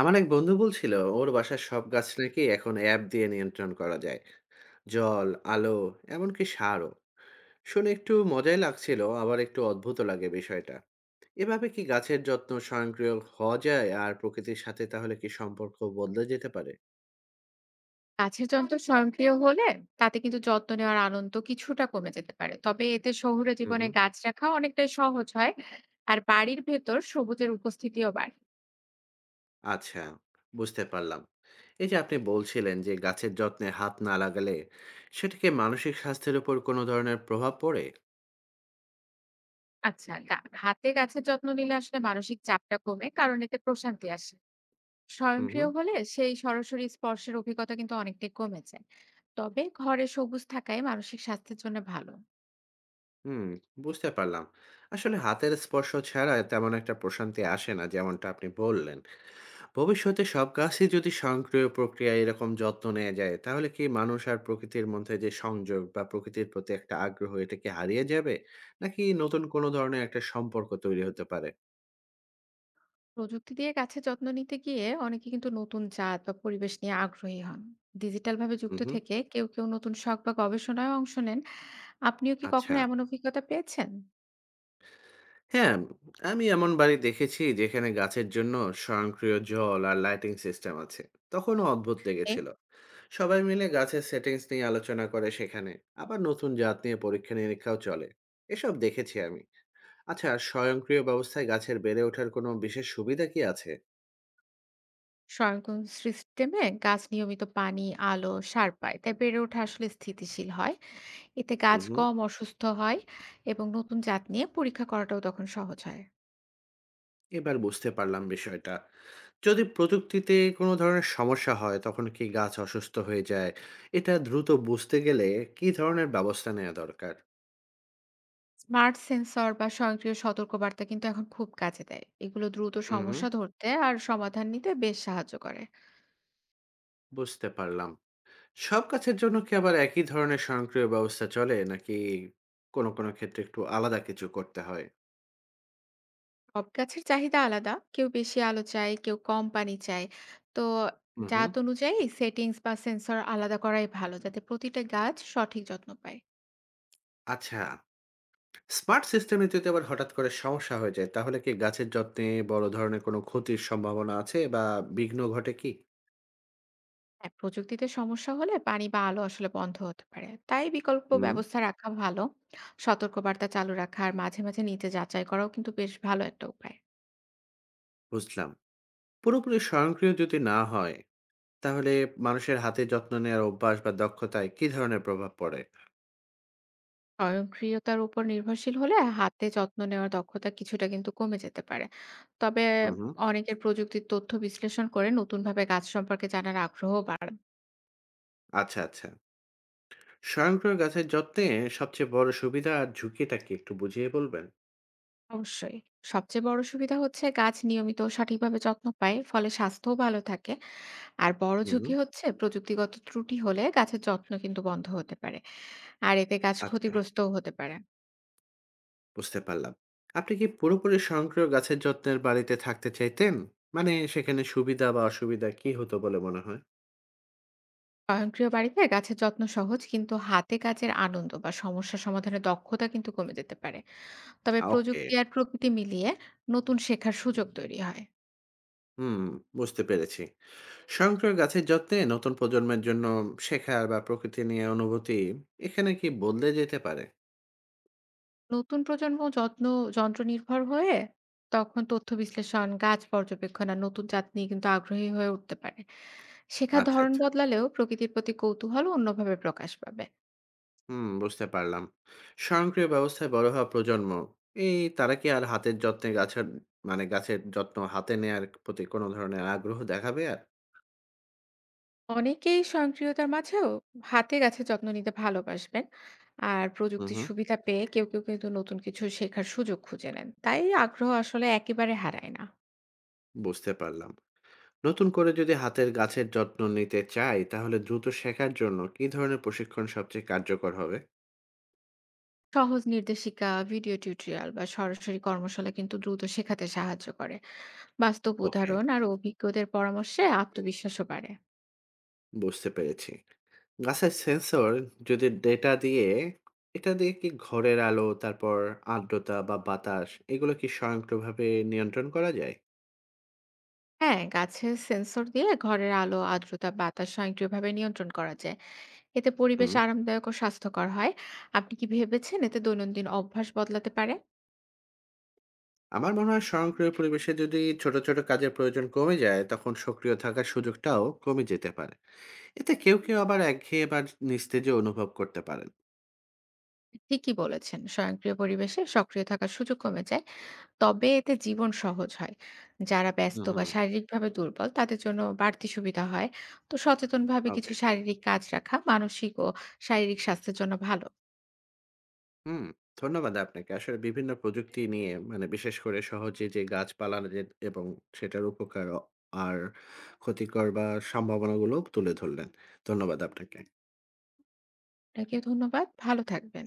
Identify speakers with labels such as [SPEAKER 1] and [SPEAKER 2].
[SPEAKER 1] আমার এক বন্ধু বলছিল ওর বাসার সব গাছ নাকি এখন অ্যাপ দিয়ে নিয়ন্ত্রণ করা যায়, জল, আলো, এমনকি সারও। শুনে একটু মজাই লাগছিল, আবার একটু অদ্ভুত লাগে বিষয়টা। এভাবে কি গাছের যত্ন স্বয়ংক্রিয় হওয়া যায়, আর প্রকৃতির সাথে তাহলে কি সম্পর্ক বদলে যেতে পারে?
[SPEAKER 2] কাছের যন্ত্র স্বয়ংক্রিয় হলে তাতে কিন্তু যত্ন নেওয়ার আনন্দ কিছুটা কমে যেতে পারে, তবে এতে শহুরে
[SPEAKER 1] হুম,
[SPEAKER 2] জীবনে
[SPEAKER 1] হুম।
[SPEAKER 2] গাছ রাখা অনেকটাই সহজ হয়। আর বাড়ির ভেতর সবুজের উপস্থিতিও বাড়ে।
[SPEAKER 1] আচ্ছা, বুঝতে পারলাম। এই যে আপনি বলছিলেন যে গাছের যত্নে হাত না লাগালে, সেটাকে মানসিক স্বাস্থ্যের উপর কোনো ধরনের প্রভাব পড়ে?
[SPEAKER 2] আচ্ছা, হাতে গাছের যত্ন নিলে আসলে মানসিক চাপটা কমে, কারণ এতে প্রশান্তি আসে।
[SPEAKER 1] হুম, হুম।
[SPEAKER 2] স্বয়ংক্রিয় হলে সেই সরাসরি স্পর্শের অভিজ্ঞতা কিন্তু অনেকটাই কমে যায়। তবে ঘরে সবুজ থাকাই মানসিক স্বাস্থ্যের জন্য ভালো।
[SPEAKER 1] হুম, বুঝতে পারলাম। আসলে হাতের স্পর্শ ছাড়া তেমন একটা প্রশান্তি আসে না যেমনটা আপনি বললেন। ভবিষ্যতে সব গাছই যদি স্বয়ংক্রিয় প্রক্রিয়ায় এরকম যত্ন নেয়া যায়, তাহলে কি মানুষ আর প্রকৃতির মধ্যে যে সংযোগ বা প্রকৃতির প্রতি একটা আগ্রহ, এটা কি হারিয়ে যাবে? নাকি নতুন কোনো ধরনের একটা সম্পর্ক তৈরি হতে পারে?
[SPEAKER 2] প্রযুক্তি দিয়ে গাছের যত্ন নিতে গিয়ে অনেকে কিন্তু নতুন জাত বা পরিবেশ নিয়ে আগ্রহী হন। ডিজিটাল ভাবে
[SPEAKER 1] হুম,
[SPEAKER 2] যুক্ত
[SPEAKER 1] হুম।
[SPEAKER 2] থেকে কেউ কেউ নতুন শখ বা গবেষণায় অংশ নেন। আপনিও কি
[SPEAKER 1] আচ্ছা।
[SPEAKER 2] কখনো এমন অভিজ্ঞতা পেয়েছেন?
[SPEAKER 1] হ্যাঁ, আমি এমন বাড়ি দেখেছি যেখানে গাছের জন্য স্বয়ংক্রিয় জল আর লাইটিং সিস্টেম আছে। তখনও অদ্ভুত
[SPEAKER 2] এ
[SPEAKER 1] লেগেছিল। সবাই মিলে গাছের সেটিংস নিয়ে আলোচনা করে সেখানে, আবার নতুন জাত নিয়ে পরীক্ষা নিরীক্ষাও চলে। এসব দেখেছি আমি। আচ্ছা, আর স্বয়ংক্রিয় ব্যবস্থায় গাছের বেড়ে ওঠার কোনো বিশেষ সুবিধা কি আছে?
[SPEAKER 2] স্বয়ংক্রিয় সিস্টেমে গাছ নিয়মিত পানি, আলো, সার পায়, তাই বেড়ে ওঠা আসলে স্থিতিশীল হয়। এতে
[SPEAKER 1] হুম,
[SPEAKER 2] গাছ
[SPEAKER 1] হুম।
[SPEAKER 2] কম অসুস্থ হয় এবং নতুন জাত নিয়ে পরীক্ষা করাটাও তখন সহজ হয়।
[SPEAKER 1] এবার বুঝতে পারলাম বিষয়টা। যদি প্রযুক্তিতে কোনো ধরনের সমস্যা হয়, তখন কি গাছ অসুস্থ হয়ে যায়? এটা দ্রুত বুঝতে গেলে কি ধরনের ব্যবস্থা নেওয়া দরকার?
[SPEAKER 2] স্মার্ট সেন্সর বা স্বয়ংক্রিয় সতর্কবার্তা কিন্তু এখন খুব কাজে দেয়, এগুলো দ্রুত
[SPEAKER 1] হুম, হুম।
[SPEAKER 2] সমস্যা ধরতে আর সমাধান নিতে বেশ সাহায্য করে।
[SPEAKER 1] বুঝতে পারলাম। সব গাছের জন্য কি আবার একই ধরনের স্বয়ংক্রিয় ব্যবস্থা চলে, নাকি কোনো কোনো ক্ষেত্রে একটু আলাদা কিছু করতে হয়?
[SPEAKER 2] সব গাছের চাহিদা আলাদা, কেউ বেশি আলো চায়, কেউ কম পানি চায়। তো
[SPEAKER 1] হুম, হুম।
[SPEAKER 2] জাত অনুযায়ী সেটিংস বা সেন্সর আলাদা করাই ভালো, যাতে প্রতিটা গাছ সঠিক যত্ন পায়।
[SPEAKER 1] আচ্ছা, স্মার্ট সিস্টেমে যদি আবার হঠাৎ করে সমস্যা হয়ে যায়, তাহলে কি গাছের যত্নে বড় ধরনের কোনো ক্ষতির সম্ভাবনা আছে বা বিঘ্ন ঘটে কি?
[SPEAKER 2] হ্যাঁ, প্রযুক্তিতে সমস্যা হলে পানি বা আলো আসলে বন্ধ হতে পারে, তাই বিকল্প
[SPEAKER 1] হুম,
[SPEAKER 2] ব্যবস্থা রাখা ভালো। সতর্কবার্তা চালু রাখা আর মাঝে মাঝে নিচে যাচাই করাও কিন্তু বেশ ভালো একটা উপায়।
[SPEAKER 1] বুঝলাম। পুরোপুরি স্বয়ংক্রিয় যদি না হয়, তাহলে মানুষের হাতে যত্ন নেওয়ার অভ্যাস বা দক্ষতায় কি ধরনের প্রভাব পড়ে?
[SPEAKER 2] স্বয়ংক্রিয়তার উপর নির্ভরশীল হলে হাতে যত্ন নেওয়ার দক্ষতা কিছুটা কিন্তু কমে যেতে পারে। তবে
[SPEAKER 1] হুম, হুম।
[SPEAKER 2] অনেকের প্রযুক্তির তথ্য বিশ্লেষণ করে নতুনভাবে গাছ সম্পর্কে জানার আগ্রহ বাড়ান।
[SPEAKER 1] আচ্ছা, আচ্ছা। স্বয়ংক্রিয় গাছের যত্নে সবচেয়ে বড় সুবিধা আর ঝুঁকিটা কি একটু বুঝিয়ে বলবেন?
[SPEAKER 2] অবশ্যই। সবচেয়ে বড় সুবিধা হচ্ছে গাছ নিয়মিত ও সঠিকভাবে যত্ন পায়, ফলে স্বাস্থ্যও ভালো থাকে। আর বড়
[SPEAKER 1] হুম,
[SPEAKER 2] ঝুঁকি
[SPEAKER 1] হুম।
[SPEAKER 2] হচ্ছে প্রযুক্তিগত ত্রুটি হলে গাছের যত্ন কিন্তু বন্ধ হতে পারে। আর এতে গাছ
[SPEAKER 1] আচ্ছা।
[SPEAKER 2] ক্ষতিগ্রস্তও হতে পারে।
[SPEAKER 1] বুঝতে পারলাম। আপনি কি পুরোপুরি স্বয়ংক্রিয় গাছের যত্নের বাড়িতে থাকতে চাইতেন? মানে সেখানে সুবিধা বা অসুবিধা কি হতো বলে মনে হয়?
[SPEAKER 2] স্বয়ংক্রিয় বাড়িতে গাছের যত্ন সহজ, কিন্তু হাতে কাজের আনন্দ বা সমস্যা সমাধানের দক্ষতা কিন্তু কমে যেতে পারে। তবে
[SPEAKER 1] আ ওকে।
[SPEAKER 2] প্রযুক্তি আর প্রকৃতি মিলিয়ে নতুন শেখার সুযোগ তৈরি হয়।
[SPEAKER 1] হুম, বুঝতে পেরেছি। স্বয়ংক্রিয় গাছের যত্নে নতুন প্রজন্মের জন্য শেখার বা প্রকৃতি নিয়ে অনুভূতি, এখানে কি বদলে যেতে পারে?
[SPEAKER 2] নতুন প্রজন্ম যত্ন যন্ত্র নির্ভর হয়ে তখন তথ্য বিশ্লেষণ, গাছ পর্যবেক্ষণ আর নতুন জাত নিয়ে কিন্তু আগ্রহী হয়ে উঠতে পারে। শেখার
[SPEAKER 1] আচ্ছা,
[SPEAKER 2] ধরন
[SPEAKER 1] আচ্ছা।
[SPEAKER 2] বদলালেও প্রকৃতির প্রতি কৌতূহল অন্যভাবে প্রকাশ পাবে।
[SPEAKER 1] হুম, বুঝতে পারলাম। স্বয়ংক্রিয় ব্যবস্থায় বড় হওয়া প্রজন্ম, এই তারা কি আর হাতের যত্নে গাছের, মানে গাছের যত্ন হাতে নেয়ার প্রতি কোনো ধরনের আগ্রহ দেখাবে আর?
[SPEAKER 2] অনেকেই স্বয়ংক্রিয়তার মাঝেও হাতে গাছের যত্ন নিতে ভালোবাসবেন। আর
[SPEAKER 1] হুম,
[SPEAKER 2] প্রযুক্তির
[SPEAKER 1] হুম,
[SPEAKER 2] সুবিধা পেয়ে কেউ কেউ কিন্তু নতুন কিছু শেখার সুযোগ খুঁজে নেন, তাই আগ্রহ আসলে একেবারে হারায় না।
[SPEAKER 1] বুঝতে পারলাম। নতুন করে যদি হাতের গাছের যত্ন নিতে চাই, তাহলে দ্রুত শেখার জন্য কী ধরনের প্রশিক্ষণ সবচেয়ে কার্যকর হবে?
[SPEAKER 2] সহজ নির্দেশিকা, ভিডিও টিউটোরিয়াল বা সরাসরি কর্মশালা কিন্তু দ্রুত শেখাতে সাহায্য করে। বাস্তব
[SPEAKER 1] ওকে,
[SPEAKER 2] উদাহরণ আর অভিজ্ঞদের পরামর্শে আত্মবিশ্বাসও বাড়ে।
[SPEAKER 1] বুঝতে পেরেছি। গাছের সেন্সর যদি ডেটা দিয়ে, এটা দিয়ে কি ঘরের আলো, তারপর আর্দ্রতা বা বাতাস, এগুলো কি স্বয়ংক্রিয়ভাবে নিয়ন্ত্রণ করা যায়?
[SPEAKER 2] হ্যাঁ, গাছে সেন্সর দিয়ে ঘরের আলো, আর্দ্রতা, বাতাস স্বয়ংক্রিয়ভাবে নিয়ন্ত্রণ করা যায়। এতে পরিবেশ
[SPEAKER 1] হুম।
[SPEAKER 2] আরামদায়ক ও স্বাস্থ্যকর হয়। আপনি কি ভেবেছেন এতে দৈনন্দিন অভ্যাস বদলাতে পারে?
[SPEAKER 1] আমার মনে হয় স্বয়ংক্রিয় পরিবেশে যদি ছোট ছোট কাজের প্রয়োজন কমে যায়, তখন সক্রিয় থাকার সুযোগটাও কমে যেতে পারে। এতে কেউ কেউ আবার একঘেয়ে বা নিস্তেজও অনুভব করতে পারেন।
[SPEAKER 2] ঠিকই বলেছেন, স্বয়ংক্রিয় পরিবেশে সক্রিয় থাকার সুযোগ কমে যায়, তবে এতে জীবন সহজ হয়। যারা
[SPEAKER 1] হুম,
[SPEAKER 2] ব্যস্ত বা
[SPEAKER 1] হুম।
[SPEAKER 2] শারীরিকভাবে দুর্বল তাদের জন্য বাড়তি সুবিধা হয়। তো সচেতনভাবে কিছু
[SPEAKER 1] ওকে।
[SPEAKER 2] শারীরিক কাজ রাখা মানসিক ও শারীরিক স্বাস্থ্যের জন্য ভালো।
[SPEAKER 1] হুম, ধন্যবাদ আপনাকে। আসলে বিভিন্ন প্রযুক্তি নিয়ে, মানে বিশেষ করে সহজে যে গাছপালা যে এবং সেটার উপকার অ আর ক্ষতিকর বা সম্ভাবনাগুলো তুলে ধরলেন। ধন্যবাদ আপনাকে।
[SPEAKER 2] আপনাকে ধন্যবাদ। ভালো থাকবেন।